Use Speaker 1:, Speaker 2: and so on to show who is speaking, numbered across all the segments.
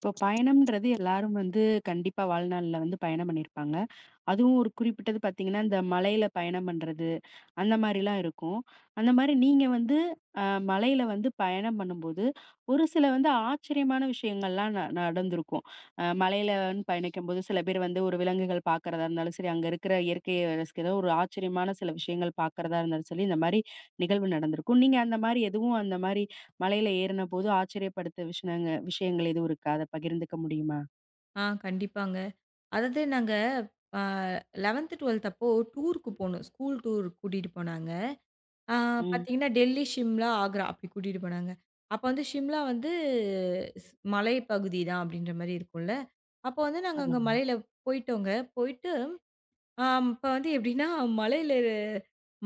Speaker 1: இப்போ பயணம்ன்றது எல்லாரும் வந்து கண்டிப்பா வாழ்நாள்ல வந்து பயணம் பண்ணியிருப்பாங்க. அதுவும் ஒரு குறிப்பிட்டது பார்த்தீங்கன்னா, இந்த மலையில பயணம் பண்றது, அந்த மாரிலாம் இருக்கும். அந்த மாரி நீங்க வந்து அ மலையில வந்து பயணம் பண்ணும்போது, ஒரு சில வந்து ஆச்சரியமான விஷயங்கள்லாம் நடந்திருக்கும். மலையிலன்னு பயணிக்கும்போது சில பேர் வந்து ஒரு விலங்குகள் பார்க்கறதா இருந்தாலும் சரி, அங்க இருக்கிற இயற்கையை ரசிக்கிறதோ ஒரு ஆச்சரியமான சில விஷயங்கள் பார்க்கறதா இருந்தாலும் சரி, இந்த மாரி நிகழ்வு நடந்திருக்கும். நீங்க அந்த மாரி எதுவும் அந்த மாரி மலையில ஏறுனபோது ஆச்சரியப்படுத்த விஷயங்கள் எதுவும் இருக்கா? அத பகிர்ந்துக்க முடியுமா?
Speaker 2: கண்டிப்பாங்க. அதாவது நாங்க அ 11த், 12த் அப்போ டூருக்கு போனோம். ஸ்கூல் டூர் கூட்டிட்டு போனாங்க. ஆ
Speaker 1: ம்.
Speaker 2: பார்த்தீங்கன்னா, டெல்லி, ஷிம்லா, ஆக்ரா அப்படி கூட்டிட்டு போனாங்க. அப்போ வந்து ஷிம்லா வந்து மலை பகுதி தான் அப்படின்ற மாரி இருக்கும்ல. அப்போ வந்து நாங்க அங்க
Speaker 1: ஆமாங்க.
Speaker 2: மலையில போயிட்டோங்க. போயிட்டு அ அப்ப வந்து எப்படின்னா, மலையில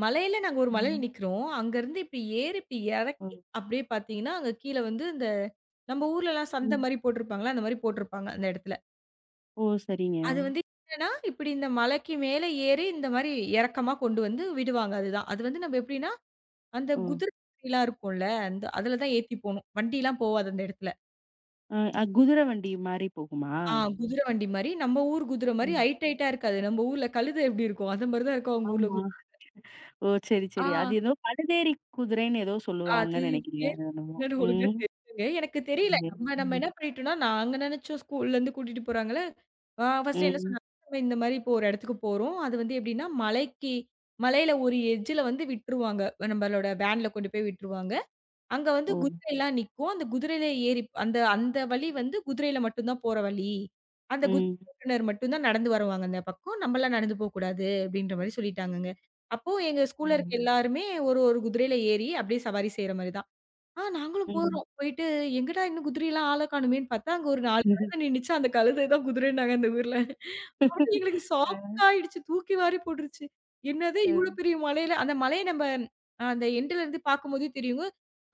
Speaker 2: மலையில நாங்க ஒரு மலையில
Speaker 1: ம்.
Speaker 2: நிக்கிறோம். அங்கருந்து இப்படி ஏறி இப்படி
Speaker 1: ஓ!
Speaker 2: இறக்கி அப்படியே பார்த்தீங்கன்னா, அங்க கீழ வந்து நம்ம ஊர்லலாம் சந்த
Speaker 1: ம்.
Speaker 2: மாரி போட்டிருப்பாங்கல்ல, அந்த மாரி போட்டிருப்பாங்க அந்த இடத்துல.
Speaker 1: ஓ! சரிங்க.
Speaker 2: அது வந்து என்னன்னா, இப்படி இந்த மலைக்கு மேலே ஏறி இந்த மாரி இறக்கமா கொண்டு வந்து விடுவாங்க அதுதான். அது வந்து நம்ம எப்படின்னா, அந்த
Speaker 1: ஓ!
Speaker 2: குதிரை வண்டிலாம் இருக்கும்ல, அந்த அதுல தான் ஏத்தி போணும். வண்டிலாம் போவாது அந்த இடத்துல.
Speaker 1: அ அ குதிரை வண்டி மாரி போகுமா?
Speaker 2: ஆ குதிரை வண்டி மாரி, நம்ம ஊர் குதிரை மாரி
Speaker 1: ம்.
Speaker 2: ஹைட்டா இருக்காது. நம்ம ஊர்ல கழுதை எப்படி இருக்கும்? அந்த மாரி தான் இருக்கும் அவங்க ஊர்ல
Speaker 1: ஆமா.
Speaker 2: குதிரை.
Speaker 1: ஓ! சரி,
Speaker 2: ஆ
Speaker 1: சரி. அது
Speaker 2: வண்டி.
Speaker 1: ஏதோ பழுதேறி குதிரைன்னு ஏதோ
Speaker 2: அது
Speaker 1: சொல்லுவாங்கன்னு நெனைக்கிறேன்.
Speaker 2: பேர்
Speaker 1: அது என்னமோ.
Speaker 2: என்னன்னு ஒழுங்கா
Speaker 1: ம்.
Speaker 2: தெரியலங்க. எனக்கு தெரியல.
Speaker 1: சரிங்க.
Speaker 2: நம்ம நம்ம
Speaker 1: ம்.
Speaker 2: என்ன பண்ணிட்டோம்னா, நாங்க நெனச்சோம் ஸ்கூல்லேருந்து கூட்டிட்டு போறாங்கல்ல. ஃபர்ஸ்ட்டு என்ன
Speaker 1: ம்.
Speaker 2: சொன்னாங்க, நம்ம இந்த மாரி இப்போ ஒரு இடத்துக்கு போறோம். அது வந்து எப்டின்னா, மலையில ஒரு எட்ஜ்ல வந்து விட்டுருவாங்க. நம்மளோட வேன்ல கொண்டு போய் விட்டுருவாங்க. அங்க வந்து
Speaker 1: ஓ!
Speaker 2: குதிரைலாம் நிக்கும். அந்த குதிரையில ஏறி அந்த அந்த வழி வந்து குதிரையில மட்டும் தான் போற வழி. அந்த குதிரை
Speaker 1: ம்.
Speaker 2: ஓட்டுனர் மட்டும் தான் நடந்து வருவாங்க அந்த பக்கம். நம்மலாம் நடந்து போக்கூடாது அப்டின்ற மாரி சொல்லிட்டாங்கங்க. அப்போ எங்க ஸ்கூல்ல இருக்க
Speaker 1: ம்.
Speaker 2: எல்லாருமே ஒரு ஒரு குதிரையில ஏறி அப்டியே சவாரி செய்ற மாரி தான். நாங்களும் ம்.
Speaker 1: ம்.
Speaker 2: போறோம். போயிட்டு எங்கடா இன்னும் குதிரைலாம் ஆள காணுமேன்னு பார்த்தா, அங்க ஒரு 4 கழுத நின்னுச்சு. அந்த கழுதை தான் குதிரைன்னாங்க அந்த ஊர்ல. ஆனா எங்களுக்கு ஷாக்
Speaker 1: அ,
Speaker 2: ஆயிடுச்சு. தூக்கி வாரி போட்டுருச்சு. என்னது இவ்ளோ
Speaker 1: அ.
Speaker 2: பெரிய மலையில அந்த மலைய நம்ப அந்த எண்டுல இருந்து பார்க்கும்போதே தெரியுங்க.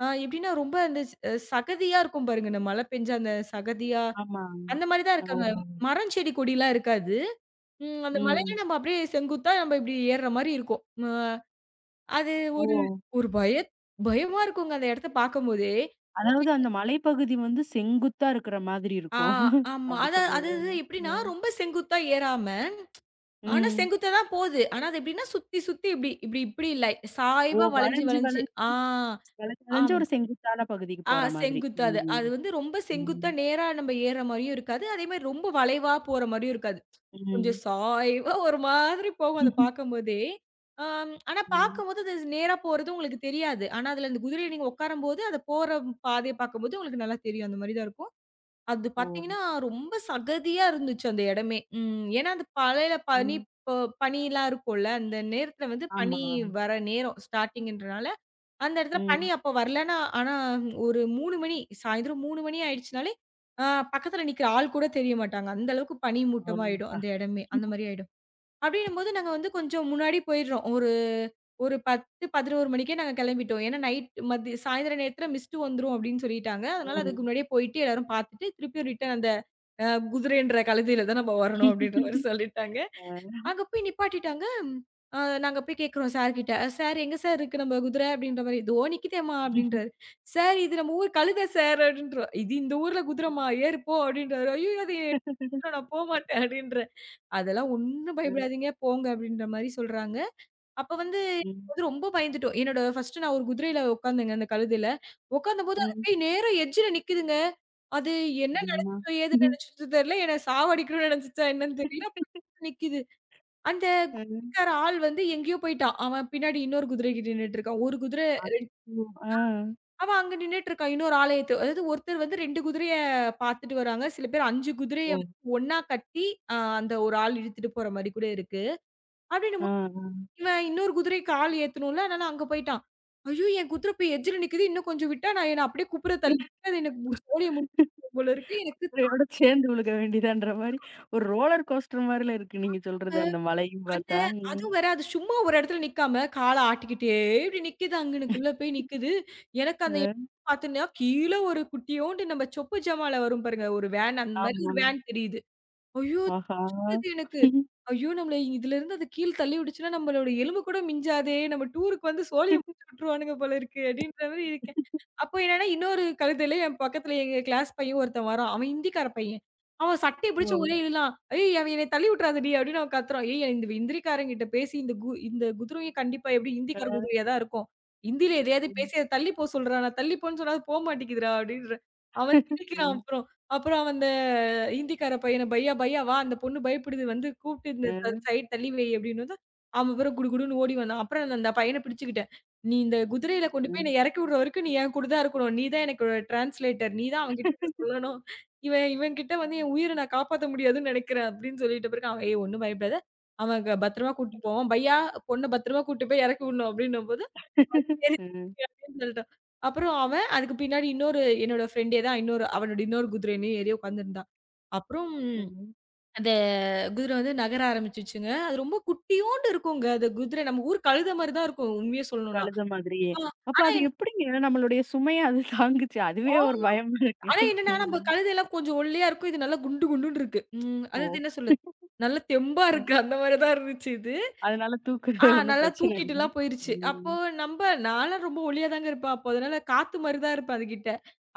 Speaker 2: எப்படின்னா ரொம்ப அந்த ஸ் சகதியா இருக்கும் பாருங்க. இந்த மழை பெஞ்சா அந்த சகதியா,
Speaker 1: ஆமா.
Speaker 2: அந்த மாரி தான் இருக்காங்க.
Speaker 1: ஆமாங்க.
Speaker 2: மரம், செடி, கொடிலாம் இருக்காது. அந்த மலையில
Speaker 1: ம்.
Speaker 2: நம்ம அப்படியே செங்குத்தா நம்ம இப்படி ஏறுற மாரி இருக்கும். அ அது
Speaker 1: ஓ!
Speaker 2: ஒரு ஒரு பய பயமா இருக்குங்க அந்த இடத்த பார்க்கும்போதே.
Speaker 1: அதாவது அந்த மலைப்பகுதி வந்து செங்குத்தா இருக்கிற மாதிரி
Speaker 2: ஆ
Speaker 1: இருக்கும்.
Speaker 2: ஆமா.
Speaker 1: அப்படி
Speaker 2: அது
Speaker 1: சொல்றது.
Speaker 2: எப்படின்னா
Speaker 1: ம்.
Speaker 2: ரொம்ப செங்குத்தா ஏறாம ஆனா
Speaker 1: ம்.
Speaker 2: செங்குத்தா தான் போது. ஆனா அது எப்படின்னா சுத்தி இப்படி இப்படி இப்படி இல்ல.
Speaker 1: ஓ!
Speaker 2: சாய்வா வளைஞ்சு,
Speaker 1: வளைஞ்சு
Speaker 2: வளைஞ்சு.
Speaker 1: வளைஞ்சு
Speaker 2: ஆ,
Speaker 1: வளைஞ்சு வளைஞ்சு
Speaker 2: ஆம்.
Speaker 1: ஒரு செங்குத்தான பகுதிக்கு
Speaker 2: ஆ
Speaker 1: போற மாதிரி.
Speaker 2: செங்குத்தா அது.
Speaker 1: ம்.
Speaker 2: அது வந்து ரொம்ப
Speaker 1: ம்.
Speaker 2: செங்குத்தா நேரா நம்ம ஏறுற மாரியும் இருக்காது. அதே மாரி ரொம்ப வளைவா போற மாரியும் இருக்காது. கொஞ்சம்
Speaker 1: ம்.
Speaker 2: சாய்வா ஒரு மாதிரி போகும் அத பார்க்கும்போதே. ஆம், ஆனா
Speaker 1: ம்.
Speaker 2: பார்க்கும்போது அது நேரா போறது உங்களுக்கு தெரியாது. ஆனா அதுல அந்த குதிரையில நீங்க உட்காரும்போது, அத போற பாதைய பார்க்கும்போது உங்களுக்கு நல்லா தெரியும். அந்த மாரி தான் இருக்கும். அது
Speaker 1: ஓ!
Speaker 2: பார்த்தீங்கன்னா, ரொம்ப சகதியா இருந்துச்சு அந்த இடமே. ம். ஏன்னா, அந்த மழையில
Speaker 1: ம்.
Speaker 2: ப பனிலாம் இருக்கும்ல. அந்த நேரத்தில வந்து
Speaker 1: ஆமா.
Speaker 2: பனி வர நேரம் ஸ்டார்ட்டிங்ன்றனால, அந்த இடத்துல பனி
Speaker 1: ம்.
Speaker 2: அப்போ வரலன்னா ஆனா ஒரு 3 மணி சாயந்தரம் 3 மணி ஆயிடுச்சுனாலே, அ பக்கத்தில நிக்கிற ஆள் கூட தெரிய மாட்டாங்க. அந்த அளவுக்கு பனி மூட்டமாயிடும்
Speaker 1: ஆமாப்பா.
Speaker 2: அந்த இடமே. அந்த மாரி ஆயிடும். அப்படின்னும்போது நாங்க வந்து கொஞ்சம் முன்னாடி போயிடுறோம். ஒரு ஒரு 10, 11 மணிக்கே நாங்க கெளம்பிட்டோம். ஏன்னா நைட் மதிய சாயந்திர நேரத்தில மிஸ்ட் வந்துரும் அப்படின்னு சொல்லிட்டாங்க. அதனால அதுக்கு
Speaker 1: ம்.
Speaker 2: முன்னாடியே போயிட்டு எல்லாரும் பார்த்துட்டு, திருப்பியும் ரிட்டர்ன் அந்த அ குதிரைன்ற கழுதையில தான் நம்ம வரணும் அப்படின்ற மாரி சொல்லிட்டாங்க.
Speaker 1: ஆ.
Speaker 2: அங்க போய் நிப்பாட்டிட்டாங்க. அ நாங்க போய் கேட்கிறோம் சார்கிட்ட. "சார் எங்க சார் இருக்கு நம்ம குதிரை?" அப்படின்ற மாரி. "இதோ நிக்குதேம்மா" அப்படின்றாரு. "சார் இது நம்ம ஊர் கழுத சார்" அப்படின்றோம். "இது இந்த ஊர்ல குதிரம்மா ஏறு போ" அப்படின்றாரு. "ஐயய்யோ! அது நான் போமாட்டேன்" அப்டின்றேன். அதெல்லாம் ஒண்ணும்
Speaker 1: அ.
Speaker 2: பயப்படாதீங்க போங்க அப்டின்ற மாரி சொல்றாங்க. அப்ப வந்து
Speaker 1: ம்.
Speaker 2: வந்து ரொம்ப பயந்துட்டோம். என்னோட ஃபர்ஸ்ட்டு நான் ஒரு குதிரையில உட்காந்தேங்க அந்த கழுதைல. உட்காந்தபோது அது
Speaker 1: ம்.
Speaker 2: போய் நேரா எட்ஜ்ல நிக்குதுங்க. அது என்ன
Speaker 1: அம்மா.
Speaker 2: நெனச்சுச்சோ, ஏது நெனச்சுச்சோ தெரியல. என்ன சாவடிக்கணும்னு நெனச்சுச்சா என்னன்னு தெரியல. போய் நிக்குது. அந்த
Speaker 1: ம்.
Speaker 2: குதிரைக்கார ஆள் வந்து எங்கேயோ போயிட்டான். அவன் பின்னாடி இன்னொரு குதிரைக்கிட்ட நின்னுட்டு இருக்கான். ஒரு குதிரை 2
Speaker 1: அச்சோ! ஆ.
Speaker 2: அவன் அங்க நின்னுட்டு இருக்கான். இன்னொரு ஆள ஏத்து அதாவது ஒருத்தர் வந்து 2 குதிரைய பாத்துட்டு வராங்க. சில பேர் 5 குதிரைய
Speaker 1: ஓ!
Speaker 2: வந்து ஒண்ணா கட்டி, அந்த ஒரு ஆள் இழுத்துட்டு போற மாரி கூட இருக்கு.
Speaker 1: ஆ,
Speaker 2: அப்டின்னும்போது
Speaker 1: ஆ.
Speaker 2: இவன் இன்னொரு குதிரைக்கு ஆள் ஏத்தணும்ல. அதனால அங்க போயிட்டான். ஐயோ! என் குதிரை போய் எட்ஜ்ல நிக்குது. இன்னும் கொஞ்சம் விட்டா நான் என்ன அப்படியே குப்புற தள்ளி அது எனக்கு சோழிய முட்டும் போல இருக்கு. எனக்கு
Speaker 1: மழையோட சேர்ந்து விழுக வேண்டியதான்ற மாரி, ஒரு ரோலர் கோஸ்டர் மாரில இருக்கு நீங்க சொல்றது. அந்த மலையும்
Speaker 2: அந்த
Speaker 1: பார்த்தா. ம்.
Speaker 2: அதுவும் வேற அது சும்மா ஒரு இடத்துல நிக்காம, கால ஆட்டிக்கிட்டே இப்டி நிக்குது அங்கனக்குள்ள போய் நிக்குது. எனக்கு அந்த
Speaker 1: அ.
Speaker 2: பாத்தீங்கன்னா, கீழ ஒரு குட்டியோண்டு நம்ம சொப்பு ஜமால வரும் பாருங்க.
Speaker 1: ஆமா.
Speaker 2: ஒரு வேன் தெரியுது. ஐயோ!
Speaker 1: ஆஹா!
Speaker 2: சுட்டுது எனக்கு. ஐயோ! நம்மள இதுலருந்து அது கீழ தள்ளி விடுச்சுன்னா, நம்மளோட எலும்பு கூட மிஞ்சாதே! நம்ம டூருக்கு வந்து சோழிய முடிச்சு விட்டுருவானுங்க போல இருக்கு. அப்டின்ற மாரி இருக்கேன். அப்போ என்னன்னா, இன்னொரு கழுதையில என் பக்கத்துல எங்க கிளாஸ் பையன் ஒருத்தன் வரான். அவன் ஹிந்திக்கார பையன். அவன் சட்டைய
Speaker 1: ஓ!
Speaker 2: பிடிச்சு ஒரே இழுலாம். "ஏய்! அவன் என்னைய தள்ளி விட்டுறாதடி!" அப்டின்னு அவன் கத்துறான். ஏய்! இந்த ஹிந்திக்காரன்கிட்ட பேசி இந்த குதிரையும் கண்டிப்பா எப்டியும்
Speaker 1: அ,
Speaker 2: ஹிந்திக்கார குதிரையா தான் இருக்கும். ஹிந்தில எதையாவது
Speaker 1: ம்.
Speaker 2: பேசி அத தள்ளி போ சொல்றா. நான் தள்ளி போன்னு சொன்னா அது போ மாட்டேங்குதுடா அப்டின்றேன். அவன் சிரிக்கிறான்
Speaker 1: ம்.
Speaker 2: அப்புறம். அப்புறம் அந்த ஹிந்திக்கார பையன, "பையா பையா வா அந்த பொண்ணு பயப்படுது வந்து கூப்பிட்டு இந்த
Speaker 1: அ,
Speaker 2: த சைட் தள்ளி வை" அப்படின்னதும், அவன் அப்புறம் குடுகுடுன்னு ஓடி வந்தான். அப்புறம் நான் அந்த பையன பிடிச்சுக்கிட்டேன். "நீ இந்த குதிரையில கொண்டு போய்
Speaker 1: ம்.
Speaker 2: என்னை இறக்கி விடுற வரைக்கும் நீ என் கூட தான் இருக்கணும். நீ தான் எனக்கு டிரான்ஸ்லேட்டர். நீ தான் அவன்கிட்ட இத சொல்லணும். இவன் இவன் கிட்ட வந்து என் உயிர நான் காப்பாத்த முடியாதுன்னு நெனைக்கிறேன்" அப்படின்னு சொல்லிட்ட பிறகு அவன், "ஏய் ஒண்ணும் பயப்படாத. அவன் பத்திரமா கூட்டிட்டு போவான். பையா பொண்ண பத்திரமா கூட்டிட்டு போய் இறக்கி விடணும்" அப்படின்னும்போது
Speaker 1: ம்.
Speaker 2: தெரிஞ்சுச்சு அப்டின்னு சொல்லிட்டோம். அப்புறம் அவன் அதுக்கு பின்னாடி என்னோட ஃப்ரெண்டே தான் இன்னொரு குதிரையிலயும் ஏறி உட்காந்துருந்தா. அப்புறம்
Speaker 1: ம்.
Speaker 2: அந்த குதிரை வந்து நகர ஆரம்பிச்சுச்சுங்க. அது ரொம்ப குட்டியோண்டு இருக்குங்க. அது குதிரை நம்ம ஊர் கழுத மாரி தான் இருக்கும் உண்மைய சொல்லணும்னா.
Speaker 1: கழுத மாதிரியே.
Speaker 2: ஆ
Speaker 1: அப்ப
Speaker 2: ஆனா
Speaker 1: அது
Speaker 2: என்
Speaker 1: எப்படிங்க நம்மளுடைய சுமைய அது தாங்குச்சு?
Speaker 2: ஆ
Speaker 1: அதுவே ஒரு பயமா இருக்கே!
Speaker 2: ஆனா என்னன்னா
Speaker 1: ம்.
Speaker 2: நம்ம கழுதைலாம் கொஞ்சம் ஒல்லியா இருக்கும். இது நல்லா குண்டு குண்டுன்னு இருக்கு. ம். அதாவது
Speaker 1: ஓ!
Speaker 2: என்ன சொல்றது? நல்லா தெம்பா
Speaker 1: அ.
Speaker 2: இருக்கு. அந்த மாரி தான் இருந்துச்சு இது.
Speaker 1: அதனால தூக்குறது ஒண்ணும்
Speaker 2: நல்லா
Speaker 1: பிரச்சனை இல்ல.
Speaker 2: தூக்கிட்டுலாம் போயிருச்சு.
Speaker 1: ம்.
Speaker 2: அப்போ நம்ப நான்லாம் ரொம்ப ஒல்லியா தாங்க இருப்பேன். அப்போ அதனால காத்து மாரி தான் இருப்பேன் அதுகிட்ட.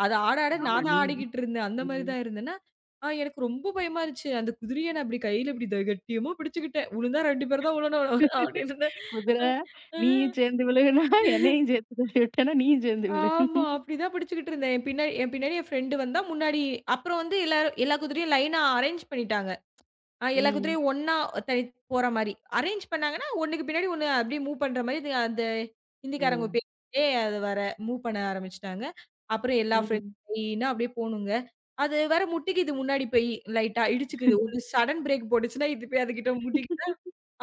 Speaker 2: அது ஆட ஆட
Speaker 1: ஆமா.
Speaker 2: நான் தான்
Speaker 1: நீங்க
Speaker 2: ஆடிக்கிட்டு இருந்தேன். அந்த மாரி
Speaker 1: ம்.
Speaker 2: தான் இருந்தேன்னா, எனக்கு ரொம்ப பயமா இருந்துச்சு. அந்த குதிரைய நான் இப்டி கையில இப்டி கெட்டியமா பிடிச்சுக்கிட்டேன். "உழுந்தா 2 பேர் தான் உழணும்" அப்டின்னு. அ
Speaker 1: குதிரை
Speaker 2: அ
Speaker 1: நீயும் சேர்ந்து விழுகுனா, என்னையும் சேர்த்து தள்ளி விட்டேன்னா, நீயும் சேர்ந்து விழு.
Speaker 2: ஆமா. அப்டிதான் பிடிச்சுக்கிட்டு இருந்தேன். என் பின்னாடி என் ஃப்ரெண்டு வந்தா, முன்னாடி அப்புறம் வந்து எல்லாரும் எல்லா குதிரையும் லைனா அரேஞ்ச் பண்ணிட்டாங்க. எல்லா
Speaker 1: ம்.
Speaker 2: குதிரையும் ஒண்ணா தனி போற மாரி. அரேஞ்ச் பண்ணாங்கன்னா, ஒண்ணுக்கு பின்னாடி ஒண்ணு அப்படியே மூவ் பண்ற மாரி, இது அந்த
Speaker 1: ஓ!
Speaker 2: ஹிந்திக்காரங்க பேசிக்கிட்டே அது வர மூவ் பண்ண ஆரம்பிச்சுட்டாங்க. அப்புறம் எல்லா
Speaker 1: ம்.
Speaker 2: ஃப்ரெண்ட்ஸ்னா அப்படியே போணுங்க. அது வேற முட்டிக்குது முன்னாடி போய் லைட்டா இடிச்சுக்குது. ஒரு சடன் பிரேக் போட்டுச்சுன்னா, இது போய் அதுகிட்ட முட்டிக்கு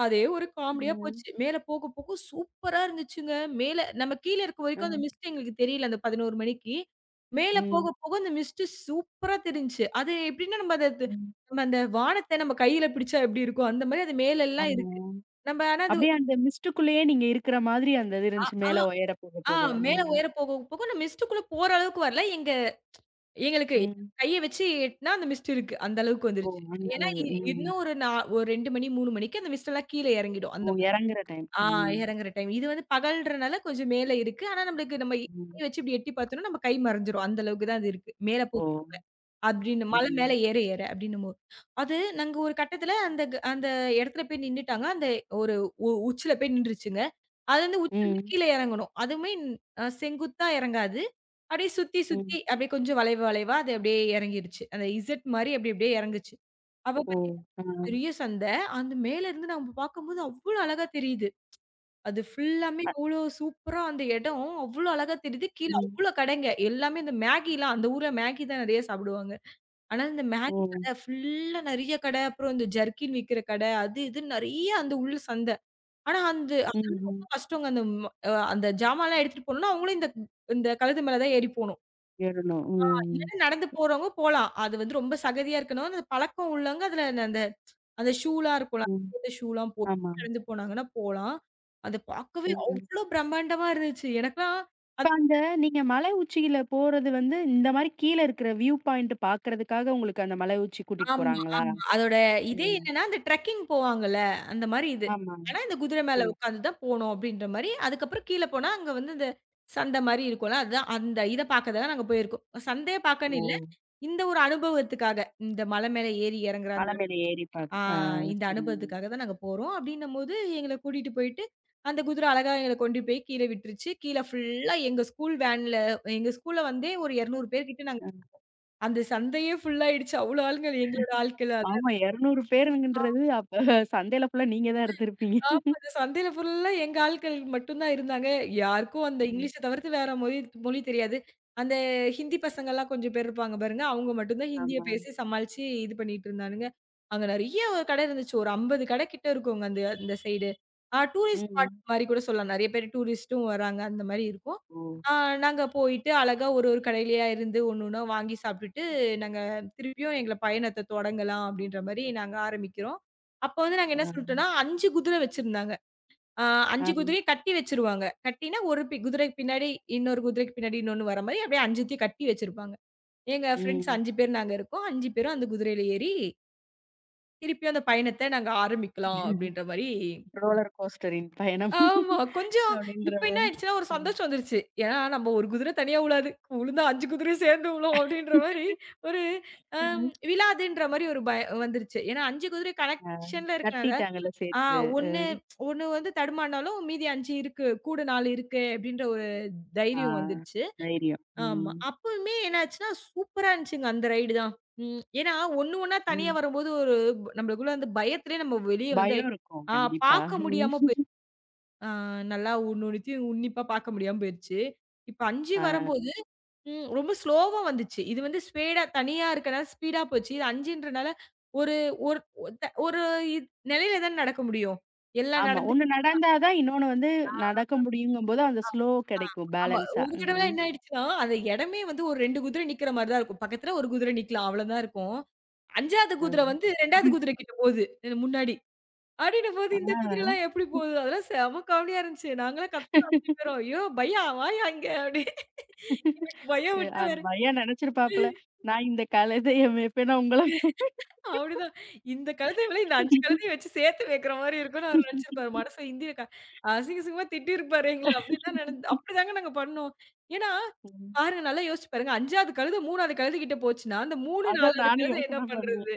Speaker 2: அதே ஒரு
Speaker 1: அ,
Speaker 2: காமெடியா போச்சு. மேல போக, போக சூப்பரா இருந்துச்சுங்க. மேல நம்ம கீழ இருக்க
Speaker 1: அ.
Speaker 2: வரைக்கும் அந்த மிஸ்ட் எங்களுக்கு தெரியல அந்த 11 மணிக்கு. மேல போக,
Speaker 1: ம்.
Speaker 2: போக அந்த மிஸ்ட் சூப்பரா தெரிஞ்சுச்சு. அது எப்படின்னா நம்ம அத து
Speaker 1: ம்.
Speaker 2: நம்ம அந்த வானத்த நம்ம கையில பிடிச்சா எப்படி இருக்கும், அந்த மாரி அது மேலல்லாம்
Speaker 1: ஆமா.
Speaker 2: இருக்கு. நம்ம ஆனா அது
Speaker 1: அப்படியே அந்த மிஸ்ட்டுக்குள்ளேயே நீங்க இருக்கிற மாதிரி அந்த இது
Speaker 2: அ
Speaker 1: இருந்துச்சு.
Speaker 2: ஆ
Speaker 1: மேல உயர போக
Speaker 2: ஆ
Speaker 1: போக.
Speaker 2: மேல
Speaker 1: ம்.
Speaker 2: உயர போக, போக அந்த மிஸ்ட்டுக்குள்ள போற அளவுக்கு வரல. எங்களுக்கு
Speaker 1: ம்.
Speaker 2: கைய வச்சு எட்டுனா அந்த மிஸ்ட் இருக்கு. அந்த அளவுக்கு
Speaker 1: ஓ!
Speaker 2: வந்துருச்சு.
Speaker 1: அந்த
Speaker 2: ஏன்னா
Speaker 1: அளவு.
Speaker 2: இ
Speaker 1: ம்.
Speaker 2: இன்னும் ஒரு நா ஒரு 2 மணி, 3 மணிக்கு அந்த மிஸ்ட் எல்லாம் கீழ இறங்கிடும்.
Speaker 1: ஓ!
Speaker 2: அந்த
Speaker 1: இறங்குற டைம்.
Speaker 2: ஆ
Speaker 1: ம்.
Speaker 2: இறங்குற டைம். இது வந்து பகல்ன்றனால கொஞ்சம் மேல இருக்கு. ஆனா நம்மளுக்கு நம்ம
Speaker 1: ம்.
Speaker 2: கை வச்சு இப்படி எட்டி பார்த்தோம்னா, நம்ம கை மறைஞ்சிரும். அந்த அளவுக்கு தான் அது இருக்கு. மேல போ
Speaker 1: ஓ!
Speaker 2: அப்படின்னு மலை மேல
Speaker 1: ம்.
Speaker 2: ஏற ஏற அப்படின்னும்போது. அது நாங்க ஒரு கட்டத்தில அந்த இடத்துல போய் நின்னுட்டாங்க. அந்த ஒரு உச்சில போய் நின்றுச்சுங்க. அது வந்து உச்சிலருந்து
Speaker 1: ம்.
Speaker 2: கீழ இறங்கணும். அதுவுமே செங்குத்தா இறங்காது. அப்படியே சுத்தி சுத்தி
Speaker 1: ம்.
Speaker 2: அப்படியே கொஞ்சம் வளைவு வளைவா அது அப்படியே இறங்கிருச்சு. அந்த இசட் மாரி அப்படி அப்படியே இறங்குச்சு. அப்ப
Speaker 1: ஓ!
Speaker 2: பார்த்தீங்கன்னா
Speaker 1: ஆ.
Speaker 2: பெரிய சந்தை. அந்த மேல இருந்து நம்ம பார்க்கும்போது அவ்வளோ அழகா தெரியுது. அது ஃபுல்லாமே அவ்ளோ சூப்பரா அந்த இடம். அவ்ளோ அழகா தெரியுது. கீழ
Speaker 1: ம்.
Speaker 2: அவ்ளோ கடைங்க. எல்லாமே இந்த மேகிலாம் அந்த ஊர்ல மேகி தான் நெறைய சாப்பிடுவாங்க. ஆனா, இந்த
Speaker 1: ஓ!
Speaker 2: மேகி கடை ஃபுல்லா நெறைய கடை. அப்புறம் இந்த ஜர்க்கின் விக்கிற கடை. அது இதுன்னு நெறைய அந்த உள்ள சந்தை. ஆனா, அந்த
Speaker 1: ம்.
Speaker 2: அதெல்லாம் ரொம்ப
Speaker 1: ம்.
Speaker 2: கஷ்டங்க. அந்த ம அ அந்த ஜாமான்லாம் எடுத்துட்டு போணும்னா, அவங்களும் இந்த இந்த கழுத்து மேல தான் ஏறி போணும்.
Speaker 1: ஏறணும். ம்.
Speaker 2: இல்லன்னா நடந்து போறவங்க போலாம். அது வந்து ரொம்ப சகதியா இருக்கணும். அந்த பழக்கம் உள்ளவங்க அதுல அந்த அந்த ஷூலாம் இருக்கும்ல.
Speaker 1: ம்.
Speaker 2: அந்த ஷூலாம் போட்டு
Speaker 1: ஆமா.
Speaker 2: நடந்து போனாங்கன்னா போலாம். அத பார்க்கவே
Speaker 1: ம்.
Speaker 2: அவ்ளோ பிரம்மாண்டமா இருந்துச்சு. எனக்கெல்லாம் அது
Speaker 1: இப்ப அந்த நீங்க மலை உச்சியில போறது வந்து, இந்த மாரி கீழ இருக்கிற வியூ பாயிண்ட் பார்க்கறதுக்காக உங்களுக்கு அந்த மலை உச்சி கூட்டிட்டு
Speaker 2: ஆமா,
Speaker 1: போறாங்களா?
Speaker 2: ஆமா. அதோட
Speaker 1: ஓ!
Speaker 2: இதே என்னன்னா, அந்த ட்ரெக்கிங் போவாங்கல்ல, அந்த மாரி இது.
Speaker 1: ஆமா.
Speaker 2: ஆனா இந்த குதிரை மேல
Speaker 1: சரி.
Speaker 2: உட்காந்து தான் போணும் அப்டின்ற மாரி. அதுக்கப்புறம் கீழ போனா அங்க வந்து இந்த சந்த மாரி இருக்கும்ல. அதுதான் அந்த இத பார்க்க தான் நாங்க போயிருக்கோம். சந்தைய பார்க்கன்னு
Speaker 1: ஓ!
Speaker 2: இல்ல. இந்த ஒரு அனுபவத்துக்காக. இந்த மலை மேல ஏறி இறங்குற
Speaker 1: மேல ஏறி பாக்
Speaker 2: ஆ
Speaker 1: ஆ
Speaker 2: இந்த
Speaker 1: சரிங்க.
Speaker 2: அனுபவத்துக்காக தான் நாங்க போறோம். அப்டின்னம்போது எங்கள கூட்டிட்டு போயிட்டு, அந்த குதிரை அழகா எங்கள கொண்டு போய் கீழ விட்டுருச்சு. கீழ ஃபுல்லா எங்க ஸ்கூல் வேன்ல எங்க ஸ்கூல்ல வந்தே ஒரு 200 பேர் கிட்ட நாங்க
Speaker 1: அ
Speaker 2: அந்த சந்தையே ஃபுல்லாயிடுச்சு. அவ்ளோ ஆளுங்க எங்களோட ஆட்கள்.
Speaker 1: ஆமா 200 பேருங்கன்றது அப்ப சந்தையில ஃபுல்லா நீங்க தான் இருந்திருப்பீங்க.
Speaker 2: ஆமா. அந்த சந்தையில ஃபுல்லா எங்க ஆட்கள் மட்டும் தான் இருந்தாங்க. யாருக்கும் அந்த
Speaker 1: ம்.
Speaker 2: இங்கிலீஷ தவிர்த்து வேற மொழி மொழி தெரியாது. அந்த ஹிந்தி பசங்கலாம் கொஞ்சம் பேர் இருப்பாங்க பாருங்க. அவங்க மட்டும் தான் ஹிந்திய
Speaker 1: ஆமா.
Speaker 2: பேசி சமாளிச்சு இது பண்ணிட்டு இருந்தானுங்க. அங்க நெறைய கடை இருந்துச்சு. ஒரு 50 கடை கிட்ட இருக்குங்க அந்த அந்த சைடு. டூரிஸ்ட் ஸ்பாட்
Speaker 1: ம்.
Speaker 2: மாரி கூட சொல்லலாம். நெறைய பேர் டூரிஸ்ட்டும் வராங்க. அந்த மாரி இருக்கும்.
Speaker 1: ஓ!
Speaker 2: ஆ நாங்க போயிட்டு அழகா ஒரு ஒரு கடையிலயா இருந்து ஒண்ணு ஒண்ணா வாங்கி சாப்பிட்டுட்டு, நாங்க திருப்பியும் எங்கள பயணத்த தொடங்கலாம் அப்படின்ற மாரி நாங்க ஆரம்பிக்கிறோம். அப்ப வந்து நாங்க என்ன
Speaker 1: ஆ.
Speaker 2: சொல்லிட்டோம்னா, 5 குதிரை வச்சிருந்தாங்க. ஆ
Speaker 1: ஆ.
Speaker 2: 5 குதிரையும் கட்டி வச்சுருவாங்க. கட்டினா ஒரு குதிரைக்கு பின்னாடி இன்னொரு குதிரைக்கு பின்னாடி இன்னொன்னு வர மாரி அப்படியே 5த்தையும் கட்டி வச்சிருப்பாங்க. எங்க ஃப்ரெண்ட்ஸ்
Speaker 1: ம்.
Speaker 2: 5 பேர் நாங்க இருக்கோம். 5 பேரும் அந்த குதிரையில ஏறி, திருப்பியும் அந்த பயணத்த நாங்க ஆரம்பிக்கலாம் அப்படின்ற மாரி
Speaker 1: ரோலர் கோஸ்டரின் பயணம்
Speaker 2: ஆமா. கொஞ்சம்
Speaker 1: அப்படின்ற
Speaker 2: இப்ப என்ன
Speaker 1: மாரி.
Speaker 2: ஆயிடுச்சுன்னா, ஒரு
Speaker 1: ம்.
Speaker 2: சந்தோஷம் வந்துருச்சு. ஏன்னா நம்ம ஒரு குதிரை தனியா உழாது. உழுந்தா 5 குதிரையும் சேர்ந்து உழும் அப்படின்ற மாரி ஒரு அம் விழாதுன்ற மாரி ஒரு பய வந்துருச்சு. ஏன்னா 5 குதிரை
Speaker 1: ஆ.
Speaker 2: கனெக்ஷன்ல இருக்கனால,
Speaker 1: தட்டிட்டாங்கல்ல
Speaker 2: ஆ
Speaker 1: சேர்த்து. அ.
Speaker 2: 1 1 வந்து தடுமாறினாலும் மீதி 5 இருக்கு. கூட 4 இருக்கு அப்டின்ற ஒரு
Speaker 1: ஆ.
Speaker 2: தைரியம் வந்துருச்சு.
Speaker 1: தைரியம்.
Speaker 2: ஆமா.
Speaker 1: ம்.
Speaker 2: அப்பவுமே என்னாச்சுன்னா, சூப்பரா இருந்துச்சுங்க அந்த ரைடு தான். ம். ஏன்னா, ஒண்ணு ஒண்ணா தனியா
Speaker 1: ம்.
Speaker 2: வரும்போது ஒரு நம்மளுக்குள்ள அந்த பயத்திலேயே நம்ம வெளிய வந்து
Speaker 1: பயம் இருக்கும்
Speaker 2: ஆ
Speaker 1: கண்டிப்பா.
Speaker 2: பார்க்க
Speaker 1: ம்.
Speaker 2: முடியாம போய் ஆ நல்லா ஒண்ணு ஒண்ணுத்தையும் உன்னிப்பா பார்க்க முடியாம போயிருச்சு. இப்ப 5
Speaker 1: ஆ.
Speaker 2: வரும்போது ரொம்ப ஸ்லோவா வந்துச்சு. இது வந்து ஸ்பேடா தனியா இருக்கனால ஸ்பீடா போச்சு. இது 5ன்றனால ஒரு ஒரு ஒரு ஒரு இ நிலையில தான நடக்க முடியும். எல்லாம்
Speaker 1: ஆமா.
Speaker 2: நடந்து
Speaker 1: ஒண்ணு நடந்தா தான் இன்னொன்னு வந்து நடக்க முடியுங்கும்போது அந்த ஸ்லோ கிடைக்கும்
Speaker 2: ஆமா.
Speaker 1: பேலன்ஸா.
Speaker 2: ஒரு தடவ
Speaker 1: ம்.
Speaker 2: என்ன ஆயிடுச்சுன்னா, அந்த இடமே வந்து ஒரு 2 குதிரை நிக்கிற மாரி தான் இருக்கும். பக்கத்துல ஒரு குதிரை நிக்கலாம். அவ்வளதான் இருக்கும். 5வது குதிரை
Speaker 1: ஆமா.
Speaker 2: வந்து 2வது குதிரை கிட்ட போகுது. முன்னாடி. அப்படின்னும்போது
Speaker 1: ஆ.
Speaker 2: இந்த குதிரைலாம் எப்படி போகுது? அதெல்லாம் செம காமெடியா இருந்துச்சு. நாங்கலாம் கத்துனோம் 5 பேரும். "ஐயோ! பையா வாயா இங்க" அப்படி. எனக்கு பயம்
Speaker 1: எ
Speaker 2: விட்டா
Speaker 1: அந்த
Speaker 2: வேற.
Speaker 1: பையன் நெனச்சிருப்பாப்புல. நான் இந்த கழுதைய மேய்ப்பேனா உங்கள
Speaker 2: அப்படிதான். இந்த கழுதைய விட இந்த 5 கழுதைய வச்சு சேர்த்து வைக்கிற மாரி இருக்கும்ன்னு அவரு நெனச்சிருப்பாரு. மனசுல இந்திய அசிங்கமா திட்டியிருப்பாரு எங்கள. அப்படிதான் நென அப்படிதாங்க நாங்க பண்ணோம். ஏன்னா,
Speaker 1: ம்.
Speaker 2: பாருங்க நல்லா யோசிச்சு பாருங்க. 5வது கழுத 3வது கழுதைகிட்ட போச்சுன்னா, அந்த 3,
Speaker 1: அதான்
Speaker 2: 4வது
Speaker 1: நானும்
Speaker 2: கழுத என்ன
Speaker 1: யோசனை பண்ணேன்.
Speaker 2: பண்றது?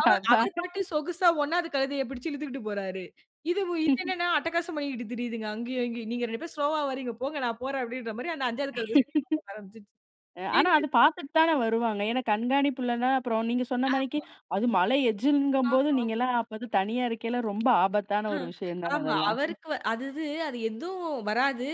Speaker 2: அவரு
Speaker 1: அதான்.
Speaker 2: பாட்டு சொகுசா 1வது கழுதைய பிடிச்சு இழுத்துக்கிட்டு போறாரு. இது என்னன்னா அட்டகாசம் பண்ணிக்கிட்டு திரியுதுங்க அங்கேயும் இங்கேயும். "நீங்க 2 பேரும் ஸ்லோவா வரீங்க போங்க நான் போறேன்" அப்படின்ற மாரி அந்த 5வது கழுத ஸ்பீடா போக ஆரம்பிச்சுருச்சு.
Speaker 1: ஆனா
Speaker 2: எங்க
Speaker 1: அது பாத்துட்டு தானே வருவாங்க. ஏன்னா கண்காணிப்புலன்னா அப்புறம் நீங்க சொன்ன மாரிக்கு அது மலை எஜ்ஜுங்கும்போது நீங்கலாம் அப்ப வந்து தனியா இருக்கையில ரொம்ப ஆபத்தான
Speaker 2: ஆ.
Speaker 1: ஒரு விஷயம் தானே
Speaker 2: ஆமா.
Speaker 1: அதெல்லாம்.
Speaker 2: அவருக்கு அது அது இது அது எதுவும் வராது.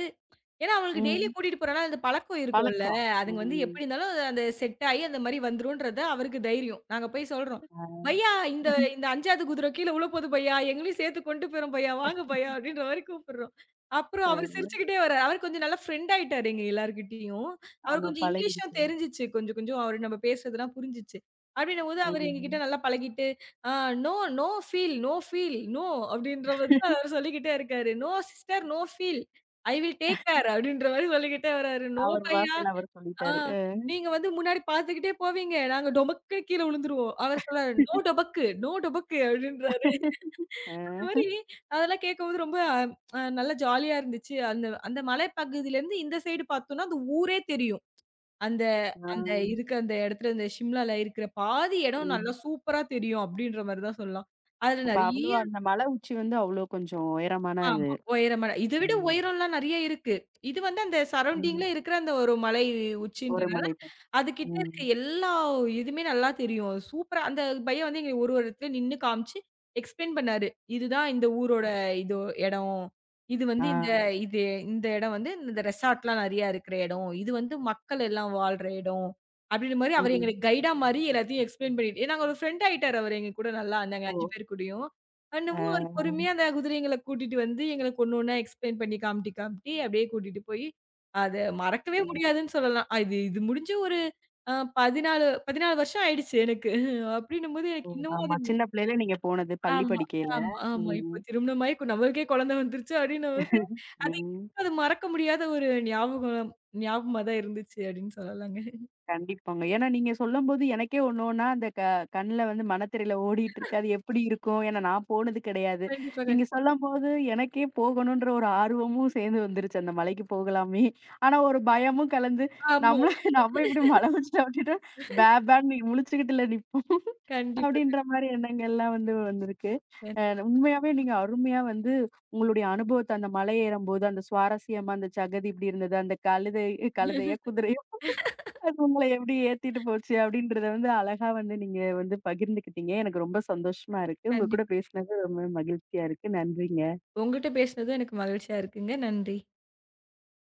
Speaker 2: ஏன்னா, அவங்களுக்கு டெய்லி
Speaker 1: ம்.
Speaker 2: கூட்டிட்டு போறனா, அந்த பழக்கம் இருக்கும்ல.
Speaker 1: பழக்கம்.
Speaker 2: அதுங்க வந்து
Speaker 1: ம்.
Speaker 2: எப்படி இருந்தாலும் அது அந்த செட் ஆயி அந்த மாரி வந்துரும்ன்றது அவருக்கு தைரியம். நாங்க போய் சொல்றோம்.
Speaker 1: ஆ.
Speaker 2: "பையா இந்த இந்த 5வது குதிரை கீழ விழப்போது பையா, எங்களையும் சேர்த்து கொண்டு போயிரும் பையா, வாங்க பையா" அப்படின்ற மாரி கூப்பிடுறோம். அப்புறம்
Speaker 1: அ.
Speaker 2: அவர் சிரிச்சுக்கிட்டே வர்றாரு. அவர் கொஞ்சம் நல்லா ஃப்ரெண்ட் ஆயிட்டாரு எங்க எல்லார்கிட்டயும். அவர்
Speaker 1: ஆமா
Speaker 2: கொஞ்சம்
Speaker 1: பழகிடுச்சு.
Speaker 2: இங்கிலீஷும் தெரிஞ்சுச்சு. கொஞ்சம் கொஞ்சம் அவரு நம்ம பேசுறதெல்லாம் புரிஞ்சுச்சு. அப்படின்னும்போது அவர் எங்ககிட்ட
Speaker 1: ம்.
Speaker 2: நல்லா பழகிட்டு, "ஆ no, no feel, no feel, no" அப்படின்ற மாரி தான் அவர் சொல்லிக்கிட்டே இருக்காரு. "No sister, no feel" I will take care அப்படின்ற மாரி சொல்லிக்கிட்டே வராரு. நோ
Speaker 1: அவர்
Speaker 2: பையா,
Speaker 1: வாசையில அவர்
Speaker 2: ஆ
Speaker 1: சொல்லிட்டாரு.
Speaker 2: நீங்க வந்து முன்னாடி பார்த்துக்கிட்டே போவீங்க. நாங்க டொபக்குன்னு கீழ விழுந்துருவோம். அவர் சொல்றாரு, "நோ டொபக்கு, நோ டொபக்கு" அப்படின்றாரு. அந்த
Speaker 1: அ.
Speaker 2: மாரி அதெல்லாம் கேட்கும்போது ரொம்ப நல்லா ஜாலியா இருந்துச்சு. அந்த அந்த மலைப்பகுதியிலேருந்து இந்த சைடு பார்த்தோம்னா, அந்த ஊரே தெரியும். அந்த
Speaker 1: ஆ.
Speaker 2: அந்த இருக்க அந்த இடத்துல இந்த சிம்லால இருக்கிற பாதி இடம் நல்லா
Speaker 1: ம்.
Speaker 2: சூப்பரா தெரியும் அப்படின்ற மாரி தான் சொல்லலாம். அதுல
Speaker 1: அப்ப அவ்வளோ
Speaker 2: நெறைய
Speaker 1: அந்த மலை உச்சி வந்து அவ்வளோ கொஞ்சம் உயரமான இது.
Speaker 2: ஆமா. உயரமான இத விட
Speaker 1: ம்.
Speaker 2: உயரம்லாம் நெறைய இருக்கு. இது வந்து அந்த
Speaker 1: ம்.
Speaker 2: சரவுண்டிங்ல இருக்கிற அந்த ஒரு மலை உச்சின்றனால
Speaker 1: ஓரமலை பகுதி.
Speaker 2: அதுகிட்ட
Speaker 1: ம்.
Speaker 2: இருக்க இதுமே நல்லா தெரியும். சூப்பரா அந்த பையன் வந்து எங்களுக்கு ஒரு ஒரு இடத்துல நின்னு காமிச்சு, எக்ஸ்பிளைன் பண்ணாரு. இதுதான் இந்த ஊரோட இது இடம். இது வந்து
Speaker 1: ஆ.
Speaker 2: இந்த இது இந்த இடம் வந்து இந்த ரெசார்ட்லாம் நெறையா இருக்கிற இடம். இது வந்து மக்கள் எல்லாம் வாழ்ற இடம். அப்டின்ற மாரி அவரு
Speaker 1: ம்.
Speaker 2: எங்களுக்கு கைடா மாரி எல்லாத்தையும் எக்ஸ்பிளைன் பண்ணிட்டு நாங்க ஒரு ஃப்ரெண்ட் ஆயிட்டாரு அவரு எங்க கூட நல்லா. நாங்க
Speaker 1: ஓ!
Speaker 2: 5 பேர் கூடயும்.
Speaker 1: ஆ.
Speaker 2: என்னமோ அவரு பொறுமையா அந்த குதிரைங்கள கூட்டிட்டு வந்து எங்களுக்கு ஒண்ணு ஒண்ணா எக்ஸ்பிளைன் பண்ணி காமிட்டி, காமிட்டி அப்டியே கூட்டிட்டு போய் அத மறக்கவே
Speaker 1: ம்.
Speaker 2: முடியாதுன்னு சொல்லலாம். அது இது முடிஞ்சு ஒரு ஆ 14 வருஷம் ஆயிடுச்சு எனக்கு. அப்டின்னும்போது
Speaker 1: ஓ!
Speaker 2: எனக்கு இன்னமும்
Speaker 1: ஆமா.
Speaker 2: அது
Speaker 1: சின்ன பிள்ளையில நீங்க போனது. பள்ளி
Speaker 2: ஆமா,
Speaker 1: படிக்கையில.
Speaker 2: ஆமா, ஆமா.
Speaker 1: ம்.
Speaker 2: இப்போ திருமணமாயி நம்மளுக்கே குழந்தை வந்துருச்சு அப்டின்னும்போது, அது
Speaker 1: ம்.
Speaker 2: அது மறக்க முடியாத ஒரு ஞாபகமா தான் இருந்துச்சு அப்டின்னு சொல்லலாங்க.
Speaker 1: கண்டிப்பாங்க. ஏன்னா நீங்க சொல்லும்போது எனக்கே ஒண்ணு ஒண்ணா அந்த கண்ல வந்து மனத்திரையில ஓடிட்டு இருக்கு. அது எப்படி இருக்கும்? ஏன்னா நான் போனது கிடையாது.
Speaker 2: கண்டிப்பா,
Speaker 1: நீங்க
Speaker 2: கண்டிப்பா.
Speaker 1: சொல்லும்போது எனக்கே போகணுன்ற ஒரு ஆர்வமும் சேர்ந்து வந்துருச்சு. அந்த மலைக்கு போகலாமே! ஆனா ஒரு பயமும் கலந்து
Speaker 2: ஆமா. ஆமா.
Speaker 1: நம்மள நம்ம இப்படி மலை உச்சியில விட்டுட்டா பேன்னு முழிச்சுக்கிட்டுல நிப்போம்.
Speaker 2: கண்டிப்பா,
Speaker 1: அப்படின்ற மாரி எண்ணங்கள்லாம் வந்து வந்திருக்கு. அ
Speaker 2: கண்டிப்பா.
Speaker 1: உண்மையாவே நீங்க அருமையா வந்து உங்களுடைய அனுபவத்த அந்த மலை ஏறும்போது அந்த சுவாரஸ்யமா அந்த சகதி இப்படி இருந்தது. அந்த கழுதை கழுதையா? குதிரையா? அது உங்கள எப்படி ஏத்திட்டு போச்சு அப்படின்றத வந்து அழகா வந்து நீங்க வந்து பகிர்ந்துக்கிட்டீங்க. எனக்கு ரொம்ப சந்தோஷமா இருக்கு. உங்க கூட
Speaker 2: கண்டிப்பா.
Speaker 1: பேசினது ரொம்ப மகிழ்ச்சியா இருக்கு. நன்றிங்க.
Speaker 2: உங்கட்ட பேசினதும் எனக்கு மகிழ்ச்சியா இருக்குங்க. நன்றி.